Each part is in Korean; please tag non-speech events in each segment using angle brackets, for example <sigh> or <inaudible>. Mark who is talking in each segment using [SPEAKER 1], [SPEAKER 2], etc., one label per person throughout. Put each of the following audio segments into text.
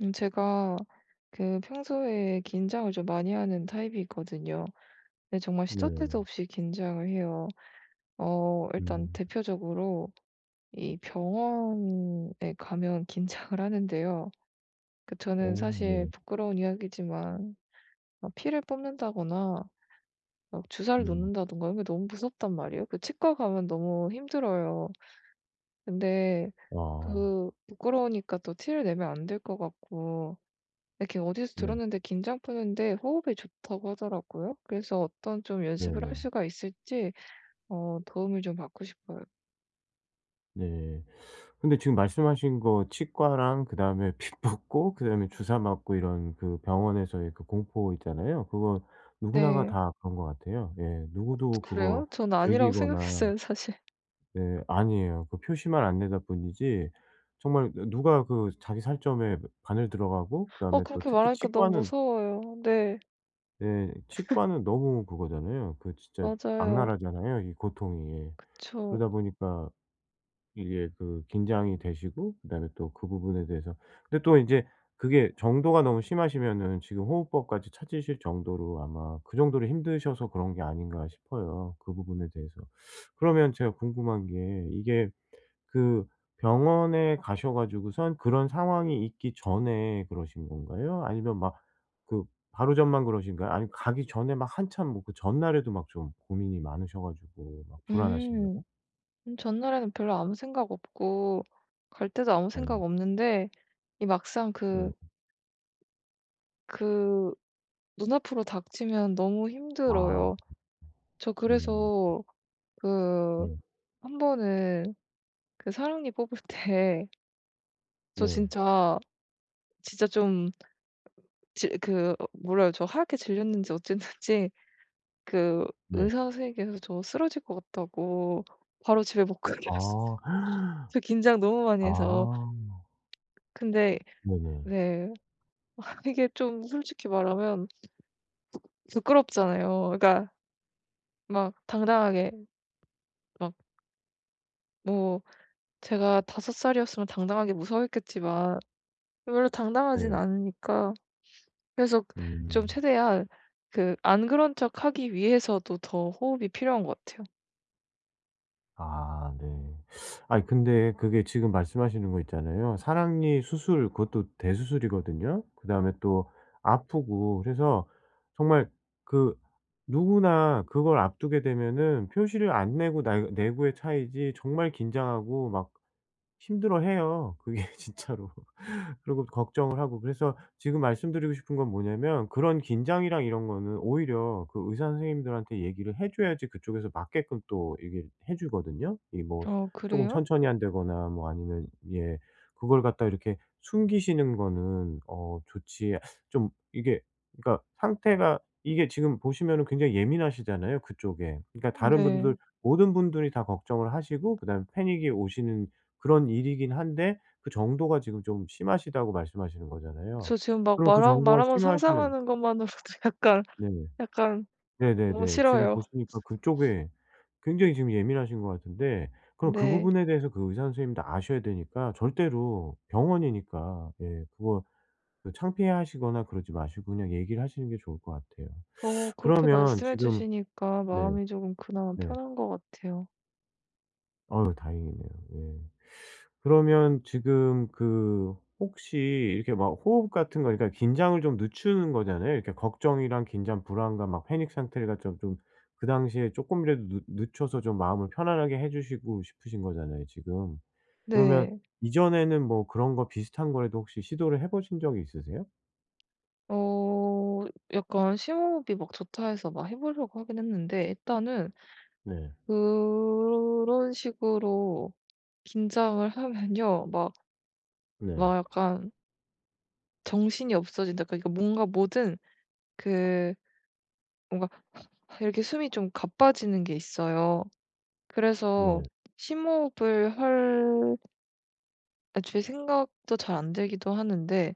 [SPEAKER 1] 제가 그 평소에 긴장을 좀 많이 하는 타입이거든요. 근데 정말 시도
[SPEAKER 2] 네.
[SPEAKER 1] 때도 없이 긴장을 해요. 일단
[SPEAKER 2] 음.
[SPEAKER 1] 대표적으로 이 병원에 가면 <laughs> 긴장을 하는데요. 그
[SPEAKER 2] 어
[SPEAKER 1] 저는 사실
[SPEAKER 2] 네.
[SPEAKER 1] 부끄러운 이야기지만 막 피를 뽑는다거나 막 주사를
[SPEAKER 2] 음.
[SPEAKER 1] 놓는다든가 이런 게 너무 무섭단 말이에요. 그 치과 가면 너무 힘들어요. 근데
[SPEAKER 2] 아.
[SPEAKER 1] 그 부끄러우니까 또 티를 내면 안 될 것 같고 이렇게 어디서
[SPEAKER 2] 네.
[SPEAKER 1] 들었는데 긴장 푸는데 호흡이 좋다고 하더라고요. 그래서 어떤 좀 연습을 할
[SPEAKER 2] 네네.
[SPEAKER 1] 수가 있을지 도움을 좀 받고 싶어요.
[SPEAKER 2] 네. 근데 지금 말씀하신 거 치과랑 그다음에 피 뽑고 그다음에 주사 맞고 이런 그 병원에서의 그 공포 있잖아요. 그거 누구나가
[SPEAKER 1] 네.
[SPEAKER 2] 다 그런 것 같아요. 예. 누구도 그거
[SPEAKER 1] 그래요? 전 아니라고 <laughs>
[SPEAKER 2] 즐기거나
[SPEAKER 1] 생각했어요, 사실.
[SPEAKER 2] 네 아니에요. 그 표시만 안 내다 뿐이지 정말 누 누가 그 자기 살점에 바늘 들어가고 그다음에 또
[SPEAKER 1] 그렇게
[SPEAKER 2] 특히
[SPEAKER 1] 말하니까 너무
[SPEAKER 2] 치과는
[SPEAKER 1] 무서워요. 네.
[SPEAKER 2] 네. 치과는 너무 그거잖아요. 그 진짜
[SPEAKER 1] 맞아요.
[SPEAKER 2] 악랄하잖아요, 이 고통이. 예.
[SPEAKER 1] 그쵸.
[SPEAKER 2] 그러다 보니까 이게 그 긴장이 되시고 그다음에 또 그 부분에 대해서 근데 또 이제 그게 정도가 너무 심하시면은 지금 호흡법까지 찾으실 정도로 아마 그 정도로 힘드셔서 그런 게 아닌가 싶어요, 그 부분에 대해서. 그러면 제가 궁금한 게 이게 그 병원에 가셔 가지고선 그런 상황이 있기 전에 그러신 건가요? 아니면 막 그 바로 전만 그러신가요? 아니면 가기 전에 막 한참 뭐 그 전날에도 막 좀 고민이 많으셔 가지고 막 불안하신가요?
[SPEAKER 1] 음. 전날에는 별로 아무 생각 없고 갈 때도 아무
[SPEAKER 2] 네.
[SPEAKER 1] 생각 없는데 이 막상
[SPEAKER 2] 네.
[SPEAKER 1] 그 눈앞으로 닥치면 너무
[SPEAKER 2] 아.
[SPEAKER 1] 힘들어요. 저
[SPEAKER 2] 음.
[SPEAKER 1] 그래서 그
[SPEAKER 2] 네.
[SPEAKER 1] 한 번은 그 사랑니 뽑을 때 <laughs> 저
[SPEAKER 2] 네.
[SPEAKER 1] 진짜 진짜 좀 지 그 어 몰라요. 저 하얗게 질렸는지 어쨌는지 그
[SPEAKER 2] 네.
[SPEAKER 1] 의사 선생님께서 저 쓰러질 것 같다고 바로 집에 못 가게 <laughs> 하셨어요.
[SPEAKER 2] 아. <gasps>
[SPEAKER 1] 저 긴장 너무 많이
[SPEAKER 2] 아.
[SPEAKER 1] 해서. 근데,
[SPEAKER 2] 네네.
[SPEAKER 1] 네, 이게 좀 솔직히 말하면 부끄럽잖아요. 그러니까 막 당당하게 막 뭐 제가 다섯 살이었으면 당당하게 무서워했겠지만 별로 당당하진
[SPEAKER 2] 네.
[SPEAKER 1] 않으니까 그래서
[SPEAKER 2] 음.
[SPEAKER 1] 좀 최대한 그 안 그런 척하기 위해서도 더 호흡이 필요한 것 같아요.
[SPEAKER 2] 아 네. 아니 근데 그게 지금 말씀하시는 거 있잖아요. 사랑니 수술 그것도 대수술이거든요. 그다음에 또 아프고 그래서 정말 그 누구나 그걸 앞두게 되면은 표시를 안 내고 날 내고의 차이지 정말 긴장하고 막 힘들어해요, 그게 <laughs> 진짜로. 그리고 걱정을 하고 그래서 지금 말씀드리고 싶은 건 뭐냐면 그런 긴장이랑 이런 거는 오히려 그 의사 선생님들한테 얘기를 해 줘야지 그쪽에서 맞게끔 또 이게 해 주거든요. 이 뭐 쪼금
[SPEAKER 1] 그래요?
[SPEAKER 2] 천천히 한다거나 뭐 아니면 예 그걸 갖다 이렇게 숨기시는 거는 어 좋지 좀 이게 그러니까 상태가 이게 지금 보시면은 굉장히 예민하시잖아요 그쪽에. 그러니까 다른 분들
[SPEAKER 1] 네.
[SPEAKER 2] 모든 분들이 다 걱정을 하시고 그다음에 패닉이 오시는 그런 일이긴 한데 그 정도가 지금 좀 심하시다고 말씀하시는 거잖아요.
[SPEAKER 1] 저 지금 막
[SPEAKER 2] 그럼 그
[SPEAKER 1] 말하
[SPEAKER 2] 정도가
[SPEAKER 1] 말하면서
[SPEAKER 2] 심하시면
[SPEAKER 1] 상상하는 것만으로도 <laughs> 약간,
[SPEAKER 2] 네 네.
[SPEAKER 1] 약간
[SPEAKER 2] 네
[SPEAKER 1] 너무
[SPEAKER 2] 네 지금
[SPEAKER 1] 싫어요.
[SPEAKER 2] 보시니까 그쪽에 굉장히 지금 예민하신 것 같은데 그럼 그
[SPEAKER 1] 네.
[SPEAKER 2] 부분에 대해서 그 의사 선생님도 아셔야 되니까 절대로 병원이니까 예 그거 그 창피해하시거나 그러지 마시고 그냥 얘기를 하시는 게 좋을 것 같아요.
[SPEAKER 1] 그렇게
[SPEAKER 2] 그러면
[SPEAKER 1] 말씀해
[SPEAKER 2] 지금
[SPEAKER 1] 주시니까
[SPEAKER 2] 네.
[SPEAKER 1] 마음이 조금 그나마
[SPEAKER 2] 네.
[SPEAKER 1] 편한 것 같아요.
[SPEAKER 2] 어유 다행이네요. 예. 그러면 지금 그 혹시 이렇게 막 호흡 같은 거 그러니까 긴장을 좀 늦추는 거잖아요. 이렇게 걱정이랑 긴장, 불안감 막 패닉 상태가 좀 그 당시에 쪼끔이라도 늦 늦춰서 좀 마음을 편안하게 해 주시고 싶으신 거잖아요 지금. 그러면
[SPEAKER 1] 네.
[SPEAKER 2] 이전에는 뭐 그런 거 비슷한 거라도 혹시 시도를 해 보신 적이 있으세요?
[SPEAKER 1] 어 약간 심호흡이 막 좋다 해서 막 해 보려고 하긴 했는데 일단은
[SPEAKER 2] 네.
[SPEAKER 1] 그런 식으로 긴장을 하면요. 막
[SPEAKER 2] 네.
[SPEAKER 1] 약간 정신이 없어진다. 그러니까 뭔가 뭐든 그 뭔가 이렇게 숨이 좀 가빠지는 게 있어요. 그래서
[SPEAKER 2] 네.
[SPEAKER 1] 심호흡을 할 애초에 생각도 잘 안 들기도 하는데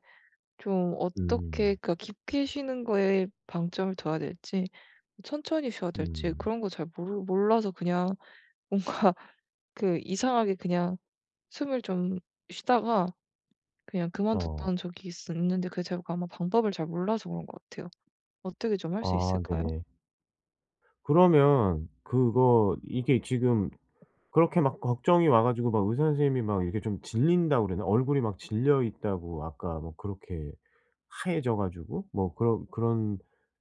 [SPEAKER 1] 좀 어떻게
[SPEAKER 2] 음.
[SPEAKER 1] 그러니까 깊게 쉬는 거에 방점을 둬야 될지 천천히 쉬어야 될지
[SPEAKER 2] 음.
[SPEAKER 1] 그런 거 잘 모르 몰라서 그냥 뭔가 <laughs> 그 이상하게 그냥 숨을 좀 쉬다가 그냥
[SPEAKER 2] 어.
[SPEAKER 1] 그만뒀던 적이 있는데 그게 제가 아마 방법을 잘 몰라서 그런 것 같아요. 어떻게 좀 할 수
[SPEAKER 2] 아
[SPEAKER 1] 있을까요?
[SPEAKER 2] 네. 그러면 그거 이게 지금 그렇게 막 걱정이 와 가지고 막 의사 선생님이 막 이렇게 좀 질린다고 그러나? 얼굴이 막 질려 있다고 아까 뭐 그렇게 하얘져 가지고 뭐 그런 그런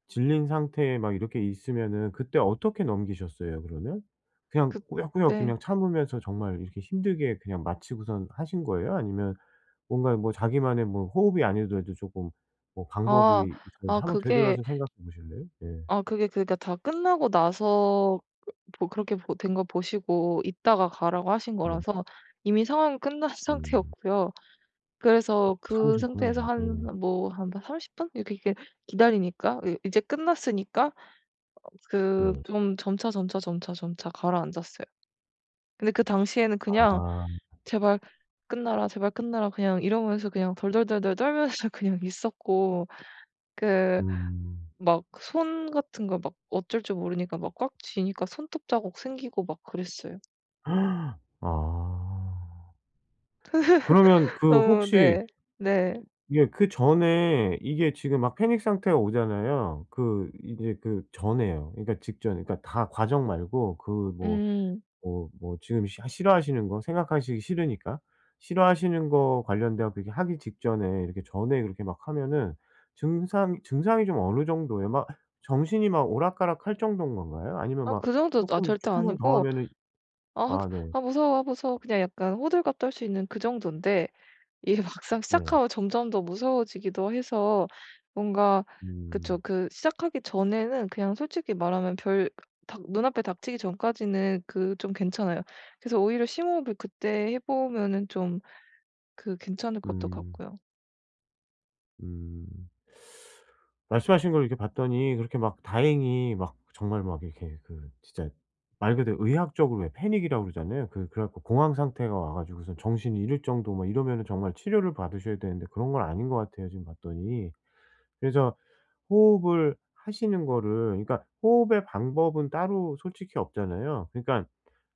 [SPEAKER 2] 질린 상태에 막 이렇게 있으면은 그때 어떻게 넘기셨어요 그러면? 그냥 꾸역꾸역
[SPEAKER 1] 그때
[SPEAKER 2] 그냥 참으면서 정말 이렇게 힘들게 그냥 마치고선 하신 거예요? 아니면 뭔가 뭐 자기만의 뭐 호흡이 아니더라도 조금 뭐
[SPEAKER 1] 아
[SPEAKER 2] 방법이 있었는지
[SPEAKER 1] 아
[SPEAKER 2] 한번
[SPEAKER 1] 그게
[SPEAKER 2] 되돌아서 생각해 보실래요? 예.
[SPEAKER 1] 그게 그러니까 다 끝나고 나서 뭐 그렇게 보 된 거 보시고 "이따가 가라."고 하신
[SPEAKER 2] 네.
[SPEAKER 1] 거라서 이미 상황은 끝난
[SPEAKER 2] 음.
[SPEAKER 1] <laughs> 상태였고요. 그래서 그
[SPEAKER 2] 참으셨구나.
[SPEAKER 1] 상태에서
[SPEAKER 2] 네.
[SPEAKER 1] 한
[SPEAKER 2] 네.
[SPEAKER 1] 30분 분 이렇게 이렇게 기다리니까 이 이제 끝났으니까 그
[SPEAKER 2] 네.
[SPEAKER 1] 좀 점차, 점차, 점차, 점차 가라앉았어요. 근데 그 당시에는 그냥
[SPEAKER 2] 아.
[SPEAKER 1] '제발 끝나라, 제발 끝나라.' 그냥 이러면서 그냥 덜덜덜덜 떨면서 <laughs> 그냥 있었고 그
[SPEAKER 2] 음.
[SPEAKER 1] 막 손 같은 거 막 어쩔 줄 모르니까 막 꽉 쥐니까 손톱 자국 생기고 막 그랬어요.
[SPEAKER 2] 아. 그러면 그
[SPEAKER 1] 너무
[SPEAKER 2] 혹시
[SPEAKER 1] 네. 네.
[SPEAKER 2] 예 그전에 이게 지금 막 패닉 상태가 오잖아요. 그 이제 그 전에요. 그러니까 직전에 그러니까 다 과정 말고 그 뭐
[SPEAKER 1] 음.
[SPEAKER 2] 뭐 뭐 지금 시 싫어하시는 거 생각하시기 싫으니까 싫어하시는 거 관련돼 갖고 이렇게 하기 직전에 이렇게 전에 그렇게 막 하면은 증상이 좀 어느 정도예요? 막 정신이 막 오락가락할 정도인 건가요? 아니면
[SPEAKER 1] 아
[SPEAKER 2] 막
[SPEAKER 1] 그 정도 아
[SPEAKER 2] 쪼끔
[SPEAKER 1] 절대
[SPEAKER 2] 쪼끔만 더
[SPEAKER 1] 아니고
[SPEAKER 2] 하면은
[SPEAKER 1] "아
[SPEAKER 2] 아 네.
[SPEAKER 1] 아 무서워, 아 무서워." 그냥 약간 호들갑 떨 수 있는 그 정도인데 이게 <laughs> 막상
[SPEAKER 2] 네.
[SPEAKER 1] 시작하면 점점 더 무서워지기도 해서 뭔가 그쵸.
[SPEAKER 2] 음.
[SPEAKER 1] 그 시작하기 전에는 그냥 솔직히 말하면 별 닥 눈앞에 닥치기 전까지는 그 좀 괜찮아요. 그래서 오히려 심호흡을 그때 해 보면은 좀 그 괜찮을 것도
[SPEAKER 2] 음.
[SPEAKER 1] 같고요.
[SPEAKER 2] 음. 말씀하신 걸 이렇게 봤더니 그렇게 막 다행히 막 정말 막 이렇게 그 진짜 말 그대로 의학적으로 왜 패닉이라고 그러잖아요. 그 그래 갖고 공황 상태가 와 가지고선 정신이 잃을 정도 막 이러면은 정말 치료를 받으셔야 되는데 그런 건 아닌 것 같아요 지금 봤더니. 그래서 호흡을 하시는 거를 그러니까 호흡의 방법은 따로 솔직히 없잖아요. 그러니까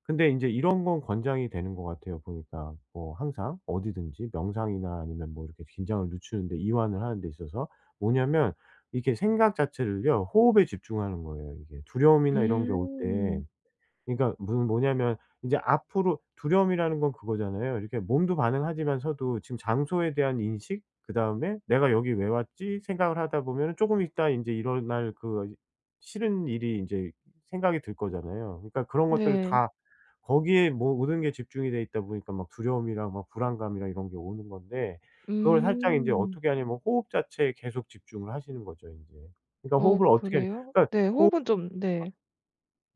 [SPEAKER 2] 근데 인제 이런 건 권장이 되는 것 같아요 보니까. 뭐 항상 어디든지 명상이나 아니면 뭐 이렇게 긴장을 늦추는데 이완을 하는 데 있어서 뭐냐면 이렇게 생각 자체를요 호흡에 집중하는 거예요 이게. 두려움이나 이런 게올때
[SPEAKER 1] 음.
[SPEAKER 2] 그러니까 무슨 뭐냐면 이제 앞으로 두려움이라는 건 그거잖아요. 이렇게 몸도 반응하지만서도 지금 장소에 대한 인식 그다음에 '내가 여기 왜 왔지?' 생각을 하다 보면은 쪼금 있다 인제 일어날 그 싫은 일이 인제 생각이 들 거잖아요. 그러니까 그런 것들을
[SPEAKER 1] 네.
[SPEAKER 2] 다 거기에 뭐 모든 게 집중이 돼 있다 보니까 막 두려움이랑 막 불안감이랑 이런 게 오는 건데 그걸 살짝 인제
[SPEAKER 1] 음.
[SPEAKER 2] 어떻게 하냐면 호흡 자체에 계속 집중을 하시는 거죠 인제. 그러니까
[SPEAKER 1] 어
[SPEAKER 2] 호흡을 어떻게 하냐
[SPEAKER 1] 그래요?
[SPEAKER 2] 그러니까
[SPEAKER 1] 네.
[SPEAKER 2] 호흡
[SPEAKER 1] 호흡은 좀 네.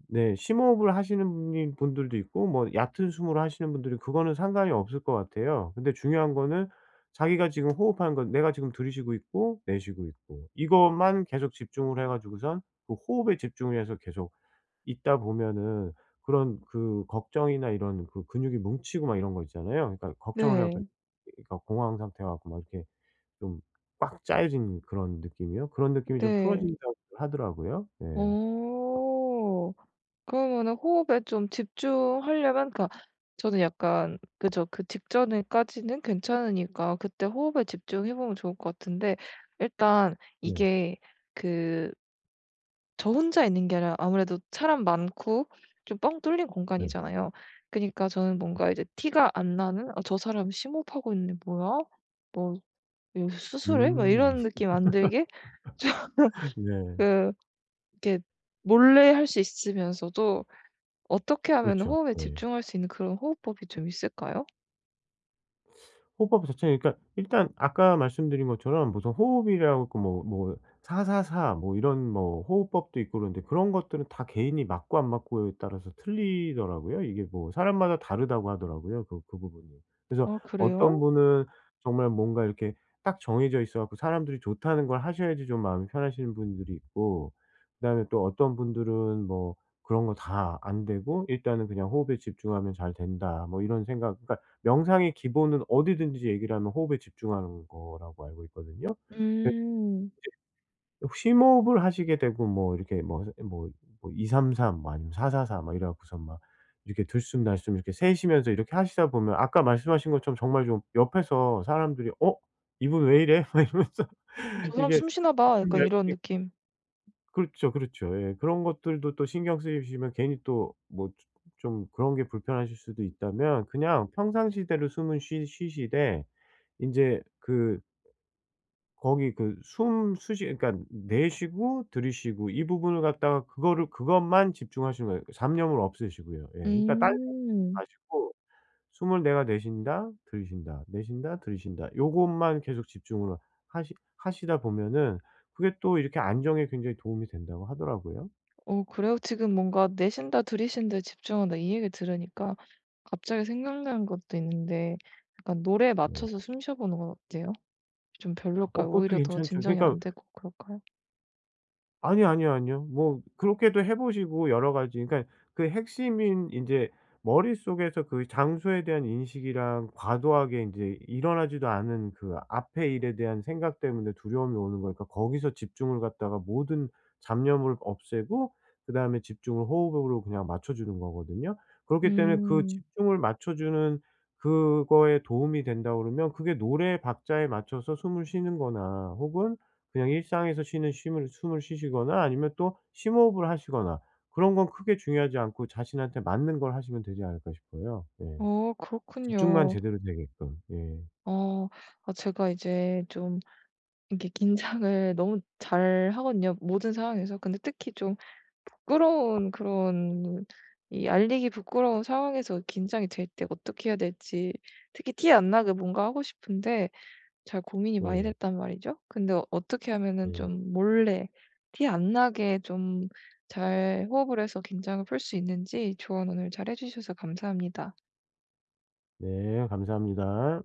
[SPEAKER 2] 네. 심호흡을 하시는 분이 분들도 있고 뭐 얕은 숨으로 하시는 분들이 그거는 상관이 없을 것 같아요. 근데 중요한 거는 자기가 지금 호흡하는 건 내가 지금 들이쉬고 있고 내쉬고 있고 이것만 계속 집중을 해 가지고선 그 호흡에 집중을 해서 계속 있다 보면은 그런 그 걱정이나 이런 그 근육이 뭉치고 막 이런 거 있잖아요. 그러니까 걱정을 해 갖고
[SPEAKER 1] 네.
[SPEAKER 2] 그러니까 공황 상태 갖고 막 이렇게 좀 꽉 짜여진 그런 느낌이요? 그런 느낌이 좀
[SPEAKER 1] 네.
[SPEAKER 2] 풀어진다고 하더라고요. 네.
[SPEAKER 1] 어. 그러면은 호흡에 좀 집중하려면 그니까 저는 약간 그죠. 그 직전에까지는 괜찮으니까 그때 호흡에 집중해 보면 좋을 것 같은데 일단
[SPEAKER 2] 네.
[SPEAKER 1] 이게 그 저 혼자 있는 게 아니라 아무래도 사람 많고 좀 뻥 뚫린
[SPEAKER 2] 네.
[SPEAKER 1] 공간이잖아요. 그니까 저는 뭔가 이제 티가 안 나는 '아 저 사람 심호흡하고 있는데 뭐야? 뭐 여기서 수술해?' 막
[SPEAKER 2] 음.
[SPEAKER 1] 이런 느낌 안 들게 좀 <laughs>
[SPEAKER 2] 네.
[SPEAKER 1] 그 이렇게 몰래 할 수 있으면서도 어떻게 하면
[SPEAKER 2] 그렇죠.
[SPEAKER 1] 호흡에
[SPEAKER 2] 예.
[SPEAKER 1] 집중할 수 있는 그런 호흡법이 좀 있을까요?
[SPEAKER 2] 호흡법 자체는 그러니까 일단 아까 말씀드린 것처럼 무슨 호흡이라고 그 뭐뭐 사사사 뭐 이런 뭐 호흡법도 있고 그런데 그런 것들은 다 개인이 맞고 안 맞고에 따라서 틀리더라고요. 이게 뭐 사람마다 다르다고 하더라고요, 그 그 부분이. 그래서
[SPEAKER 1] 아
[SPEAKER 2] 어떤
[SPEAKER 1] 그래요?
[SPEAKER 2] 분은 정말 뭔가 이렇게 딱 정해져 있어 갖고 사람들이 좋다는 걸 하셔야지 좀 마음이 편하신 분들이 있고 그다음에 또 어떤 분들은 뭐 그런 거 다 안 되고 '일단은 그냥 호흡에 집중하면 잘 된다.' 뭐 이런 생각 그러니까 명상의 기본은 어디든지 얘기를 하면 호흡에 집중하는 거라고 알고 있거든요.
[SPEAKER 1] 음.
[SPEAKER 2] 그 심호흡을 하시게 되고 뭐 이렇게 뭐 뭐 뭐 2-3-3 뭐 아니면 4-4-4 막 이래 갖고선 막 이렇게 들숨날숨 이렇게 세시면서 이렇게 하시다 보면 아까 말씀하신 것처럼 정말 좀 옆에서 사람들이 '어 이분 왜 이래?' <laughs> 막 이러면서
[SPEAKER 1] '저 사람
[SPEAKER 2] 이게
[SPEAKER 1] 숨 쉬나 봐.' 약간
[SPEAKER 2] 들숨날숨
[SPEAKER 1] 이런 느낌.
[SPEAKER 2] 그렇죠, 그렇죠. 예. 그런 것들도 또 신경 쓰이시면 괜히 또 뭐 좀 그런 게 불편하실 수도 있다면 그냥 평상시대로 숨은 쉬 쉬시되 인제 그 거기 그 숨 쉬시 그러니까 내쉬고 들이쉬고 이 부분을 갖다가 그거를 그것만 집중하시는 거예요. 잡념을 없애시고요. 예. 그러니까 딴 생각
[SPEAKER 1] 음.
[SPEAKER 2] 마시고 '숨을 내가 내쉰다. 들이쉰다. 내쉰다. 들이쉰다.' 요것만 계속 집중을 하시다 보면은 그게 또 이렇게 안정에 굉장히 도움이 된다고 하더라고요.
[SPEAKER 1] 어 그래요? 지금 뭔가 내쉰다 들이쉰다에 집중한다 이 얘기 들으니까 갑자기 생각나는 것도 있는데 약간 노래에
[SPEAKER 2] 네.
[SPEAKER 1] 맞춰서 숨 쉬어 보는 건 어때요? 좀
[SPEAKER 2] 어
[SPEAKER 1] 별로일까요?
[SPEAKER 2] 그것도
[SPEAKER 1] 오히려 더
[SPEAKER 2] 괜찮죠.
[SPEAKER 1] 진정이
[SPEAKER 2] 그러니까
[SPEAKER 1] 안 되고 그럴까요?
[SPEAKER 2] 아니요, 아니요, 아니요. 뭐 그렇게도 해 보시고 여러 가지 그러니까 그 핵심인 인제 머릿속에서 그 장소에 대한 인식이랑 과도하게 인제 일어나지도 않은 그 앞의 일에 대한 생각 때문에 두려움이 오는 거니까 거기서 집중을 갖다가 모든 잡념을 없애고 그다음에 집중을 호흡으로 그냥 맞춰 주는 거거든요. 그렇기 때문에 그
[SPEAKER 1] 음.
[SPEAKER 2] 집중을 맞춰 주는 그거에 도움이 된다 그러면 그게 노래 박자에 맞춰서 숨을 쉬는 거나 혹은 그냥 일상에서 쉬는 쉼을 숨을 쉬시거나 아니면 또 심호흡을 하시거나 그런 건 크게 중요하지 않고 자신한테 맞는 걸 하시면 되지 않을까 싶어요. 예.
[SPEAKER 1] 어
[SPEAKER 2] 집중만
[SPEAKER 1] 그렇군요.
[SPEAKER 2] 제대로 되게끔. 예.
[SPEAKER 1] 어 제가 이제 좀 이렇게 긴장을 너무 잘하거든요, 모든 상황에서. 근데 특히 좀 부끄러운 그런 이 알리기 부끄러운 상황에서 긴장이 될 때 어떻게 해야 될지 특히 티 안 나게 뭔가 하고 싶은데 잘 고민이 많이
[SPEAKER 2] 네.
[SPEAKER 1] 됐단 말이죠. 근데 어떻게 하면은
[SPEAKER 2] 네.
[SPEAKER 1] 좀 몰래 티 안 나게 좀 잘 호흡을 해서 긴장을 풀 수 있는지 조언 오늘 잘해 주셔서 감사합니다.
[SPEAKER 2] 네. 감사합니다.